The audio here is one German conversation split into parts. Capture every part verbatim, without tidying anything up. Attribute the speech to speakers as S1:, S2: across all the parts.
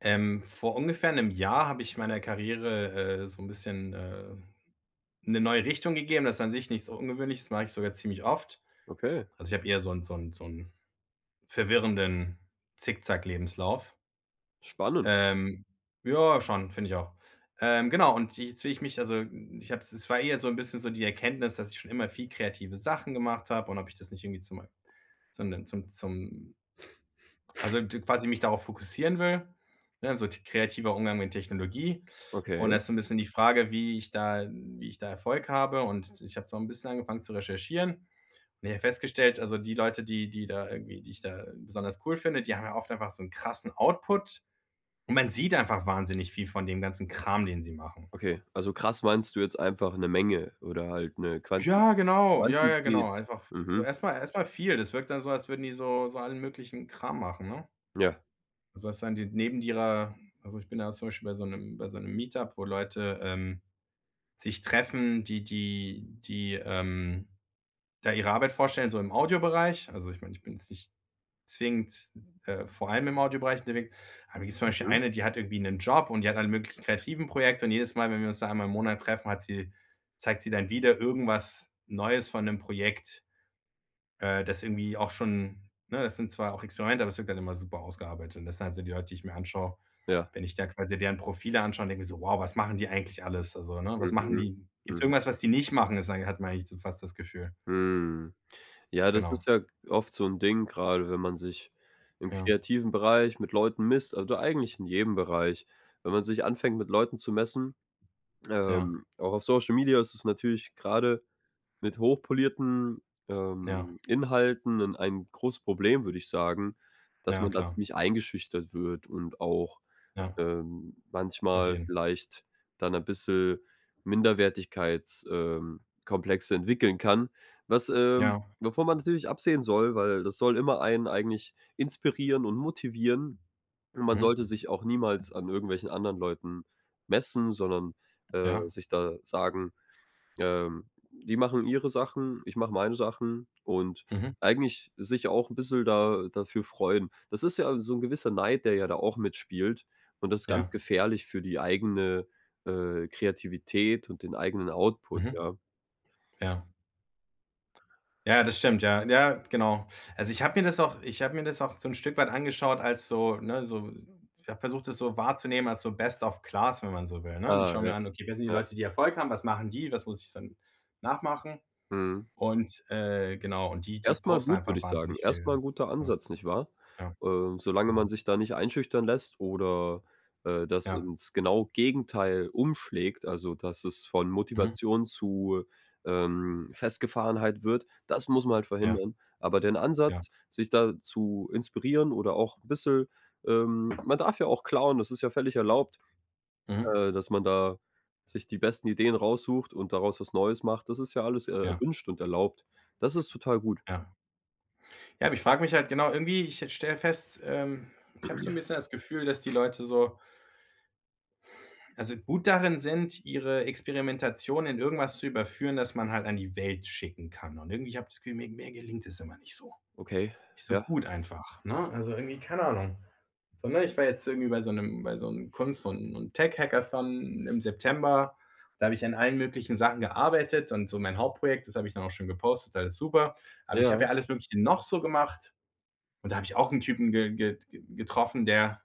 S1: Ähm, vor ungefähr einem Jahr habe ich meiner Karriere, äh, so ein bisschen, äh, 'ne neue Richtung gegeben. Das ist an sich nichts Ungewöhnliches, mache ich sogar ziemlich oft.
S2: Okay,
S1: Also, ich habe eher so einen so einen so 'n verwirrenden Zickzack-Lebenslauf.
S2: spannend.
S1: Ähm, ja, schon, finde ich auch. Ähm, genau, und jetzt will ich mich, also, ich habe, es war eher so ein bisschen so die Erkenntnis, dass ich schon immer viel kreative Sachen gemacht habe und ob ich das nicht irgendwie zum, mei zum zum Also, d quasi mich darauf fokussieren will, ne, so t kreativer Umgang mit Technologie.
S2: Okay,
S1: Und das ist so ein bisschen die Frage, wie ich da wie ich da Erfolg habe. Und ich habe so ein bisschen angefangen zu recherchieren, und ich habe festgestellt, also, die Leute, die die da irgendwie die ich da besonders cool finde, die haben ja oft einfach so einen krassen Output, und man sieht einfach wahnsinnig viel von dem ganzen Kram, den sie machen.
S2: okay. Also, krass meinst du jetzt einfach 'ne Menge oder halt 'ne Quanti
S1: Ja, genau. Ja, ja,
S2: Quantität?
S1: genau. Einfach so
S2: Mhm.
S1: erstmal erstmal viel. Das wirkt dann so, als würden die so so allen möglichen Kram machen, ne?
S2: Ja.
S1: Also, das dann die neben ihrer, also, ich bin da zum Beispiel bei so einem bei so einem Meetup, wo Leute, ähm, sich treffen, die die die, ähm, da ihre Arbeit vorstellen, so im Audiobereich. Also, ich meine, ich bin jetzt nicht zwingend, äh, vor allem im Audiobereich unterwegs, aber da gibt's zum Beispiel
S2: Mhm.
S1: eine, die hat irgendwie einen Job und die hat alle möglichen kreativen Projekte, und jedes Mal, wenn wir uns da einmal im Monat treffen, hat sie zeigt sie dann wieder irgendwas Neues von 'nem Projekt, äh, das irgendwie auch schon, ne, das sind zwar auch Experimente, aber es wirkt dann immer super ausgearbeitet. Und das sind halt so die Leute, die ich mir anschaue,
S2: Ja.
S1: wenn ich da quasi deren Profile anschaue, denke ich so: „Wow, was machen die eigentlich alles?" Also, ne, was machen
S2: Mhm.
S1: die? Gibt's
S2: Mhm.
S1: irgendwas, was die nicht machen, ist ei hat man eigentlich so fast das Gefühl.
S2: Hm. Ja, das
S1: Genau.
S2: ist ja oft so 'n Ding, grade wenn man sich im
S1: Ja,
S2: kreativen Bereich mit Leuten misst, also eigentlich in jedem Bereich. Wenn man sich anfängt, mit Leuten zu messen,
S1: ja,
S2: ähm, auch auf Social Media ist es natürlich grade mit hochpolierten,
S1: ja,
S2: ähm, Inhalten in ein großes Problem, würde ich sagen, dass
S1: ja,
S2: man da
S1: klar.
S2: ziemlich eingeschüchtert wird und auch,
S1: Ja,
S2: ähm,
S1: auf
S2: manchmal
S1: jeden.
S2: vielleicht dann ein bisschen Minderwertigkeitskomplexe ähm, Komplexe entwickeln kann, was, ähm
S1: Ja.
S2: wovon man natürlich absehen soll, weil das soll immer einen eigentlich inspirieren und motivieren. Und man
S1: Mhm.
S2: sollte sich auch niemals an irgendwelchen anderen Leuten messen, sondern, äh,
S1: Ja.
S2: sich da sagen, ähm, die machen ihre Sachen, ich mache meine Sachen und
S1: Mhm.
S2: eigentlich sich auch ein bisschen da dafür freuen. Das ist ja so ein gewisser Neid, der ja da auch mitspielt und das ist ganz
S1: Ja.
S2: gefährlich für die eigene, äh, Kreativität und den eigenen Output,
S1: Mhm.
S2: ja.
S1: Ja. Ja, das stimmt, ja. Ja, genau. Also, ich habe mir das auch ich habe mir das auch so 'n Stück weit angeschaut, als so, ne, so ich habe versucht, das so wahrzunehmen als so Best of Class, wenn man so will, ne? Und ich
S2: Ah,
S1: schaue
S2: ja,
S1: mir an: „Okay, wer sind die
S2: ja.
S1: Leute, die Erfolg haben? Was machen die? Was muss ich dann nachmachen?"
S2: Mhm.
S1: Und, äh, genau, und die die
S2: Erstmal
S1: posten
S2: gut, würde
S1: einfach
S2: ich sagen.
S1: wahnsinnig viel,
S2: Erstmal
S1: ja.
S2: ein guter
S1: Ja,
S2: Ansatz, nicht wahr?
S1: ja,
S2: Ähm, solange man
S1: genau.
S2: sich da nicht einschüchtern lässt oder, äh, das
S1: Ja.
S2: ins genau Gegenteil umschlägt, also, dass es von
S1: Mhm.
S2: Motivation zu, ähm, Festgefahrenheit wird, das muss man halt
S1: Ja,
S2: verhindern. Aber den
S1: ja.
S2: Ansatz, sich da zu inspirieren oder auch ein bisschen, ähm, man darf ja auch klauen, das ist ja völlig erlaubt,
S1: Mhm.
S2: äh, dass man da sich die besten Ideen raussucht und daraus was Neues macht. Das ist ja alles, äh,
S1: Ja,
S2: erwünscht und erlaubt. Das ist total gut.
S1: ja. Ja, aber ich frage mich halt genau, irgendwie, ich stelle fest, ähm, ich habe so ein bisschen das Gefühl, dass die Leute so, also, gut darin sind, ihre Experimentation in irgendwas zu überführen, das man halt an die Welt schicken kann. Und irgendwie habe ich das Gefühl, mir mir gelingt es immer nicht so.
S2: Okay,
S1: Nicht so
S2: ja,
S1: gut einfach, ne? Also, irgendwie, keine Ahnung. So, ne, ich war jetzt irgendwie bei so einem bei so einem Kunst- und und Tech-Hackathon im September. Da habe ich an allen möglichen Sachen gearbeitet, und so mein Hauptprojekt, das habe ich dann auch schon gepostet, alles super. Aber ich
S2: ja,
S1: habe ja alles Mögliche noch so gemacht, und da habe ich auch einen Typen ge ge ge getroffen, der,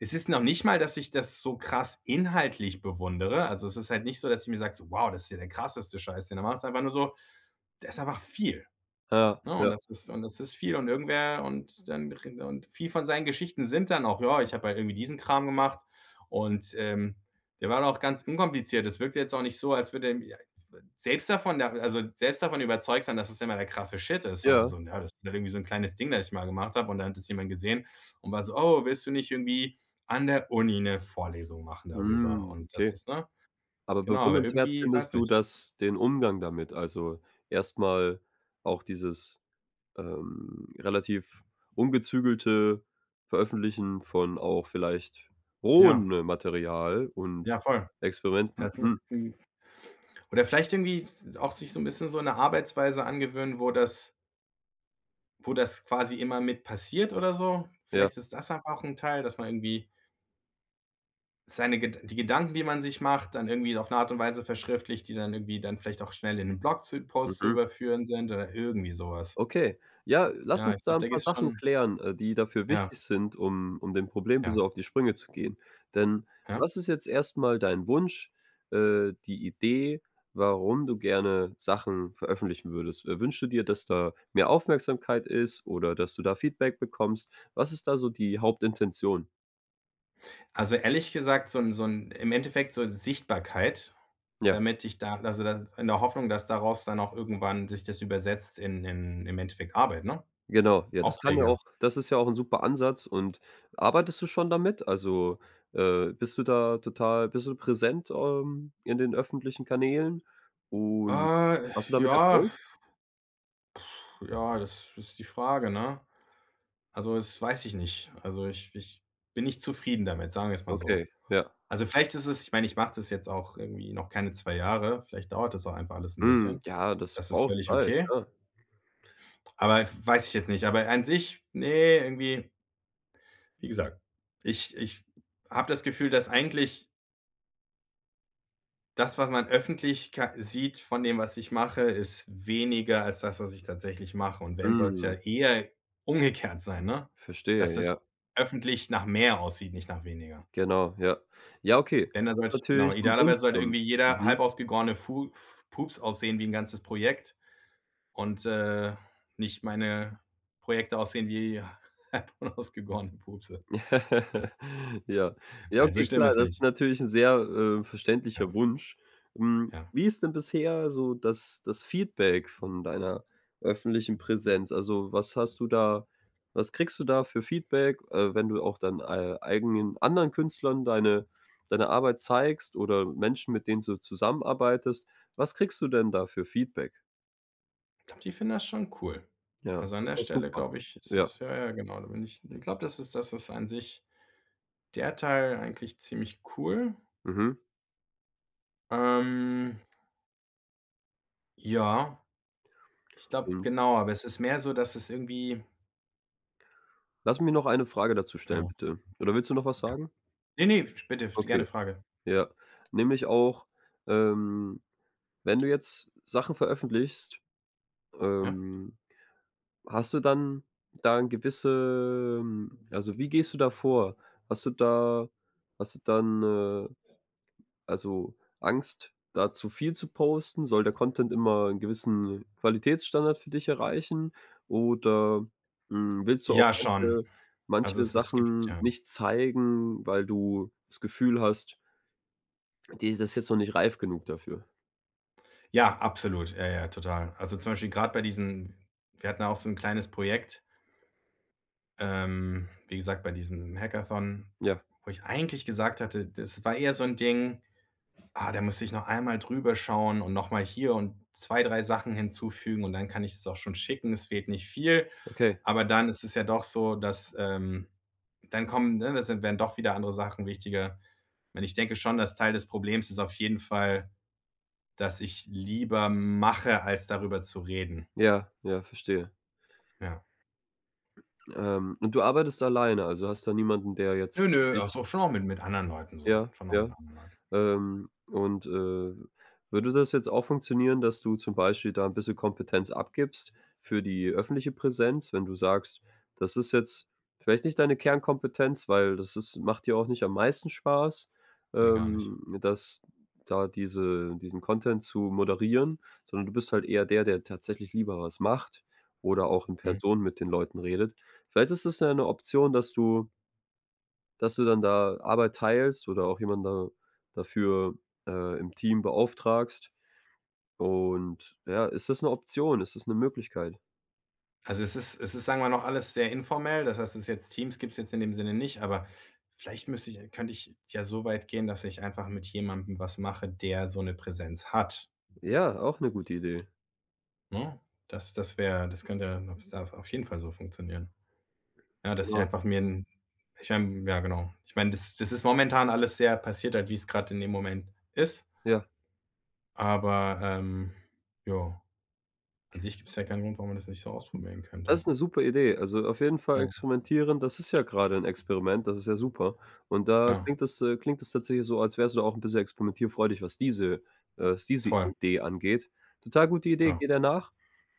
S1: es ist noch nicht mal, dass ich das so krass inhaltlich bewundere. Also, es ist halt nicht so, dass ich mir sage, so: „Wow, das ist ja der krasseste Scheiß, den er macht." Es Ist einfach nur so, der ist einfach viel.
S2: ja,
S1: Ne, und
S2: ja,
S1: das ist und das ist viel, und irgendwer und dann und viel von seinen Geschichten sind dann auch: „Ja, ich habe halt irgendwie diesen Kram gemacht und, ähm, der war doch ganz unkompliziert." Das wirkt jetzt auch nicht so, als würde er mir selbst davon da, also, selbst davon überzeugt sein, dass es immer der krasse Shit ist, sondern
S2: ja.
S1: so: „Ja, das ist halt irgendwie so ein kleines Ding, das ich mal gemacht habe." Und dann hat es jemand gesehen und war so: „Oh, willst du nicht irgendwie an der Uni eine Vorlesung machen darüber?"
S2: Mhm,
S1: Und das
S2: okay.
S1: ist, ne,
S2: Aber
S1: genau, aber
S2: bewundernswert
S1: irgendwie,
S2: findest
S1: weiß
S2: du
S1: nicht.
S2: das, den Umgang damit? Also, erstmal auch dieses, ähm, relativ ungezügelte Veröffentlichen von auch vielleicht
S1: Ja,
S2: rohem Material und
S1: ja, voll.
S2: Experimenten.
S1: Das muss
S2: Mhm,
S1: Oder vielleicht irgendwie auch sich so ein bisschen so eine Arbeitsweise angewöhnen, wo das wo das quasi immer mit passiert, oder so.
S2: ja,
S1: Vielleicht ist das einfach auch ein Teil, dass man irgendwie seine Ged die Gedanken, die man sich macht, dann irgendwie auf eine Art und Weise verschriftlicht, die dann irgendwie, dann vielleicht auch schnell in einen Blog zu Post zu
S2: mhm.
S1: überführen sind, oder irgendwie sowas.
S2: Okay. Ja, lass
S1: Ja,
S2: uns
S1: ich
S2: da
S1: glaube,
S2: ein
S1: da
S2: paar
S1: gibt es
S2: Sachen
S1: schon,
S2: klären, äh, die dafür
S1: ja,
S2: wichtig sind, um um dem Problem
S1: ja,
S2: bisschen auf die Sprünge zu gehen. Denn
S1: ja.
S2: was ist jetzt erstmal dein Wunsch, äh, die Idee, warum du gerne Sachen veröffentlichen würdest? Äh, wünschst du dir, dass da mehr Aufmerksamkeit ist oder dass du da Feedback bekommst? Was ist da so die Hauptintention?
S1: Also, ehrlich gesagt, so ein so ein im Endeffekt so Sichtbarkeit,
S2: Ja.
S1: damit ich da, also, da in der Hoffnung, dass daraus dann auch irgendwann sich das übersetzt in, in im Endeffekt, Arbeit, ne?
S2: Genau, ja, das kann ja
S1: Aufträge.
S2: auch das ist ja auch ein super Ansatz, und arbeitest du schon damit? Also, äh, bist du da total bist du präsent, ähm, in den öffentlichen Kanälen und
S1: Äh,
S2: hast du damit
S1: ja,
S2: Erfolg?
S1: ja, das ist die Frage, ne? Also, das weiß ich nicht. Also, ich ich bin nicht zufrieden damit, sagen wir es mal so.
S2: Okay, ja.
S1: Also, vielleicht ist es, ich meine, ich mache das jetzt auch irgendwie noch keine zwei Jahre. Vielleicht dauert das auch einfach alles ein
S2: Mhm,
S1: bisschen.
S2: ja, das
S1: Das ist
S2: braucht
S1: völlig
S2: Zeit,
S1: okay.
S2: ja.
S1: Aber weiß ich jetzt nicht. Aber an sich, ne, irgendwie, wie gesagt, ich ich habe das Gefühl, dass eigentlich das, was man öffentlich ka sieht von dem, was ich mache, ist weniger als das, was ich tatsächlich mache. Und wenn, soll es ja
S2: Mhm,
S1: eher umgekehrt sein, ne?
S2: verstehe,
S1: Dass
S2: ja.
S1: es öffentlich nach mehr aussieht, nicht nach weniger.
S2: Genau, ja. Ja, okay,
S1: Denn da
S2: das ist
S1: sollte ich, genau,
S2: natürlich ein Wunsch
S1: idealerweise sollte
S2: dann.
S1: irgendwie jeder
S2: Mhm.
S1: halb ausgegorene Fu F Pups aussehen wie ein ganzes Projekt, und, äh, nicht meine Projekte aussehen wie halb unausgegorene Pupse.
S2: Ja. Ja,
S1: Nein, so
S2: okay,
S1: schlimm
S2: klar,
S1: ist
S2: das ist
S1: nicht.
S2: natürlich ein sehr, äh, verständlicher
S1: Ja,
S2: Wunsch. Hm,
S1: ja.
S2: wie ist denn bisher so das das Feedback von deiner öffentlichen Präsenz? Also, was hast du da, was kriegst du da für Feedback, äh, wenn du auch dann, äh, eigenen anderen Künstlern deine deine Arbeit zeigst oder Menschen, mit denen du zusammenarbeitest? Was kriegst du denn da für Feedback?
S1: Ich glaube, die finden das schon cool.
S2: Ja, das
S1: Also, an
S2: ist
S1: der
S2: doch
S1: Stelle
S2: super.
S1: glaube ich, ist
S2: Ja,
S1: es, ja, ja, genau, da bin ich ich glaube, das ist das ist an sich der Teil eigentlich ziemlich cool.
S2: mhm.
S1: Ähm, ja, ich glaube,
S2: Und
S1: genau, aber es ist mehr so, dass es irgendwie,
S2: lass mich noch eine Frage dazu stellen,
S1: ja,
S2: bitte. Oder willst du noch was
S1: ja.
S2: sagen?
S1: Ne, ne, bitte,
S2: Okay,
S1: gerne Frage.
S2: ja. Nämlich auch, ähm, wenn du jetzt Sachen veröffentlichst,
S1: Ja?
S2: ähm, hast du dann da ein gewisse ähm, also, wie gehst du da vor? Hast du da hast du dann, äh, also, Angst, da zu viel zu posten? Soll der Content immer einen gewissen Qualitätsstandard für dich erreichen? Oder, hm, willst du auch
S1: Ja, schon.
S2: manche
S1: Also,
S2: manche
S1: es es gibt
S2: Sachen
S1: ja.
S2: nicht zeigen, weil du das Gefühl hast, die, das ist jetzt noch nicht reif genug dafür.
S1: Ja, absolut. Ja, ja, total. Also, zum Beispiel gerade bei diesen, wir hatten auch so ein kleines Projekt, ähm, wie gesagt, bei diesem Hackathon,
S2: Ja,
S1: wo ich eigentlich gesagt hatte, das war eher so ein Ding. Ah, da müsste ich noch einmal drüber schauen und noch mal hier und zwei drei Sachen hinzufügen, und dann kann ich es auch schon schicken. Es fehlt nicht viel,
S2: okay.
S1: aber dann ist es ja doch so, dass, ähm dann kommen, ne, das sind werden doch wieder andere Sachen wichtiger. Und ich denke schon, dass Teil des Problems ist auf jeden Fall dass ich lieber mache, als darüber zu reden.
S2: Ja, ja, verstehe.
S1: Ja.
S2: Ähm, und du arbeitest alleine, also hast da niemanden, der jetzt
S1: Nö, nö, ach
S2: dich,
S1: so, schon auch mit mit anderen Leuten so.
S2: ja,
S1: Schon auch mit
S2: ja.
S1: anderen Leuten.
S2: Ähm, und, äh, würde das jetzt auch funktionieren, dass du zum Beispiel da ein bisschen Kompetenz abgibst für die öffentliche Präsenz, wenn du sagst: „Das ist jetzt vielleicht nicht deine Kernkompetenz, weil das ist macht dir auch nicht am meisten Spaß,
S1: Ne, gar nicht.
S2: ähm, das da diese diesen Content zu moderieren, sondern du bist halt eher der, der tatsächlich lieber was macht oder auch in
S1: Mhm.
S2: Person mit den Leuten redet.“ Vielleicht ist es ja 'ne Option, dass du dass du dann da Arbeit teilst oder auch jemanden da dafür, äh, im Team beauftragst. Und ja, ist das eine Option? Ist das eine Möglichkeit?
S1: Also, es ist es ist, sagen wir, noch alles sehr informell. Das heißt, es ist jetzt, Teams gibt's jetzt in dem Sinne nicht, aber vielleicht müsste ich könnte ich ja so weit gehen, dass ich einfach mit jemandem was mache, der so eine Präsenz hat,
S2: Ja, auch eine gute Idee.
S1: ne? Das das wäre das könnte auf auf jeden Fall so funktionieren. Ja, dass ich
S2: Genau.
S1: einfach mir 'n ich meine, ja, genau. Ich meine, das das ist momentan alles sehr, passiert halt, wie es gerade in dem Moment ist,
S2: Ja,
S1: aber, ähm, ja, an sich gibt es ja keinen Grund, warum man das nicht so ausprobieren könnte.
S2: das ist eine super Idee. Also, auf jeden Fall
S1: Ja,
S2: experimentieren, das ist ja gerade ein Experiment, das ist ja super. Und da
S1: ja,
S2: klingt das äh, klingt das tatsächlich so, als wärst du da auch ein bisschen experimentierfreudig, was diese äh, was diese
S1: voll,
S2: Idee angeht. Total gute Idee,
S1: ja.
S2: geh der nach.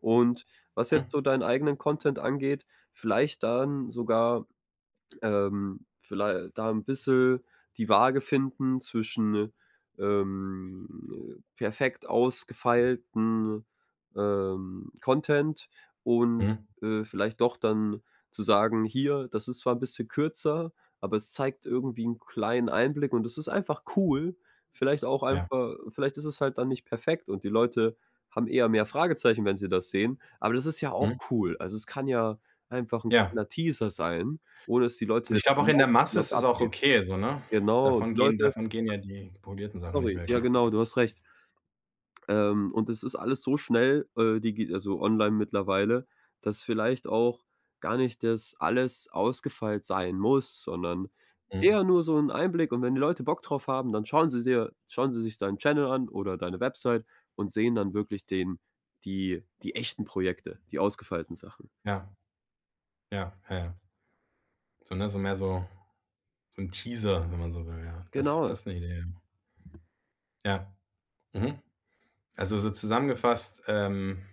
S2: Und was
S1: Mhm,
S2: jetzt so deinen eigenen Content angeht, vielleicht dann sogar. Ähm, viellei da ein bisschen die Waage finden zwischen, ähm, perfekt ausgefeilten, ähm, Content und,
S1: mhm,
S2: äh, vielleicht doch dann zu sagen: „Hier, das ist zwar ein bisschen kürzer, aber es zeigt irgendwie einen kleinen Einblick und es ist einfach cool.“ Vielleicht auch
S1: ja,
S2: einfach, vielleicht ist es halt dann nicht perfekt und die Leute haben eher mehr Fragezeichen, wenn sie das sehen, aber das ist ja auch
S1: mhm.
S2: cool. Also, es kann ja einfach ein
S1: Ja,
S2: kleiner Teaser sein, ohne dass die Leute
S1: und ich
S2: jetzt
S1: glaube auch in
S2: genau
S1: der
S2: wissen,
S1: Masse
S2: was
S1: ist es auch
S2: abgeht.
S1: okay so, ne?
S2: Genau, und
S1: Davon
S2: die
S1: gehen
S2: Leute,
S1: davon gehen ja die polierten Sachen nicht
S2: sorry,
S1: weg.
S2: ja genau, du hast recht. Ähm, und das ist alles so schnell, äh, digi also online mittlerweile, dass vielleicht auch gar nicht das alles ausgefeilt sein muss, sondern
S1: Mhm.
S2: eher nur so 'n Einblick, und wenn die Leute Bock drauf haben, dann schauen sie dir schauen sie sich deinen Channel an oder deine Website und sehen dann wirklich den, die die echten Projekte, die ausgefeilten Sachen.
S1: Ja, ja, ja, ja. So, ne, so mehr so so 'n Teaser, wenn man so will, ja. Das
S2: Genau.
S1: das ist 'ne Idee, ja. Ja, mhm. Also, so zusammengefasst, ähm,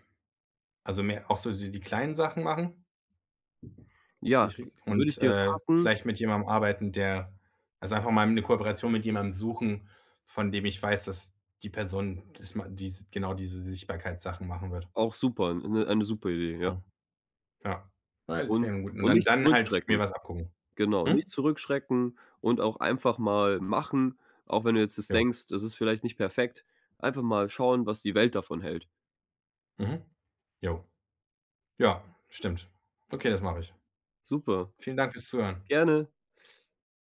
S1: also, mehr auch so die die kleinen Sachen machen
S2: Ja, g würde ich
S1: und,
S2: dir
S1: äh,
S2: raten,
S1: vielleicht mit jemandem arbeiten, der, also, einfach mal 'ne Kooperation mit jemandem suchen, von dem ich weiß, dass die Person das ma dies genau diese Sichtbarkeitssachen machen wird.
S2: auch super, 'ne eine super Idee, ja.
S1: Ja. Ja. Ja, das
S2: Und
S1: klingt gut. Und
S2: und
S1: dann
S2: nicht
S1: dann halt
S2: zurückschrecken.
S1: mir was abgucken.
S2: Genau, nicht
S1: Mhm?
S2: zurückschrecken und auch einfach mal machen, auch wenn du jetzt das
S1: Jo.
S2: denkst, das ist vielleicht nicht perfekt, einfach mal schauen, was die Welt davon hält.
S1: Mhm. Jo. Ja, stimmt. Okay, das mache ich.
S2: Super,
S1: Vielen Dank fürs Zuhören.
S2: gerne.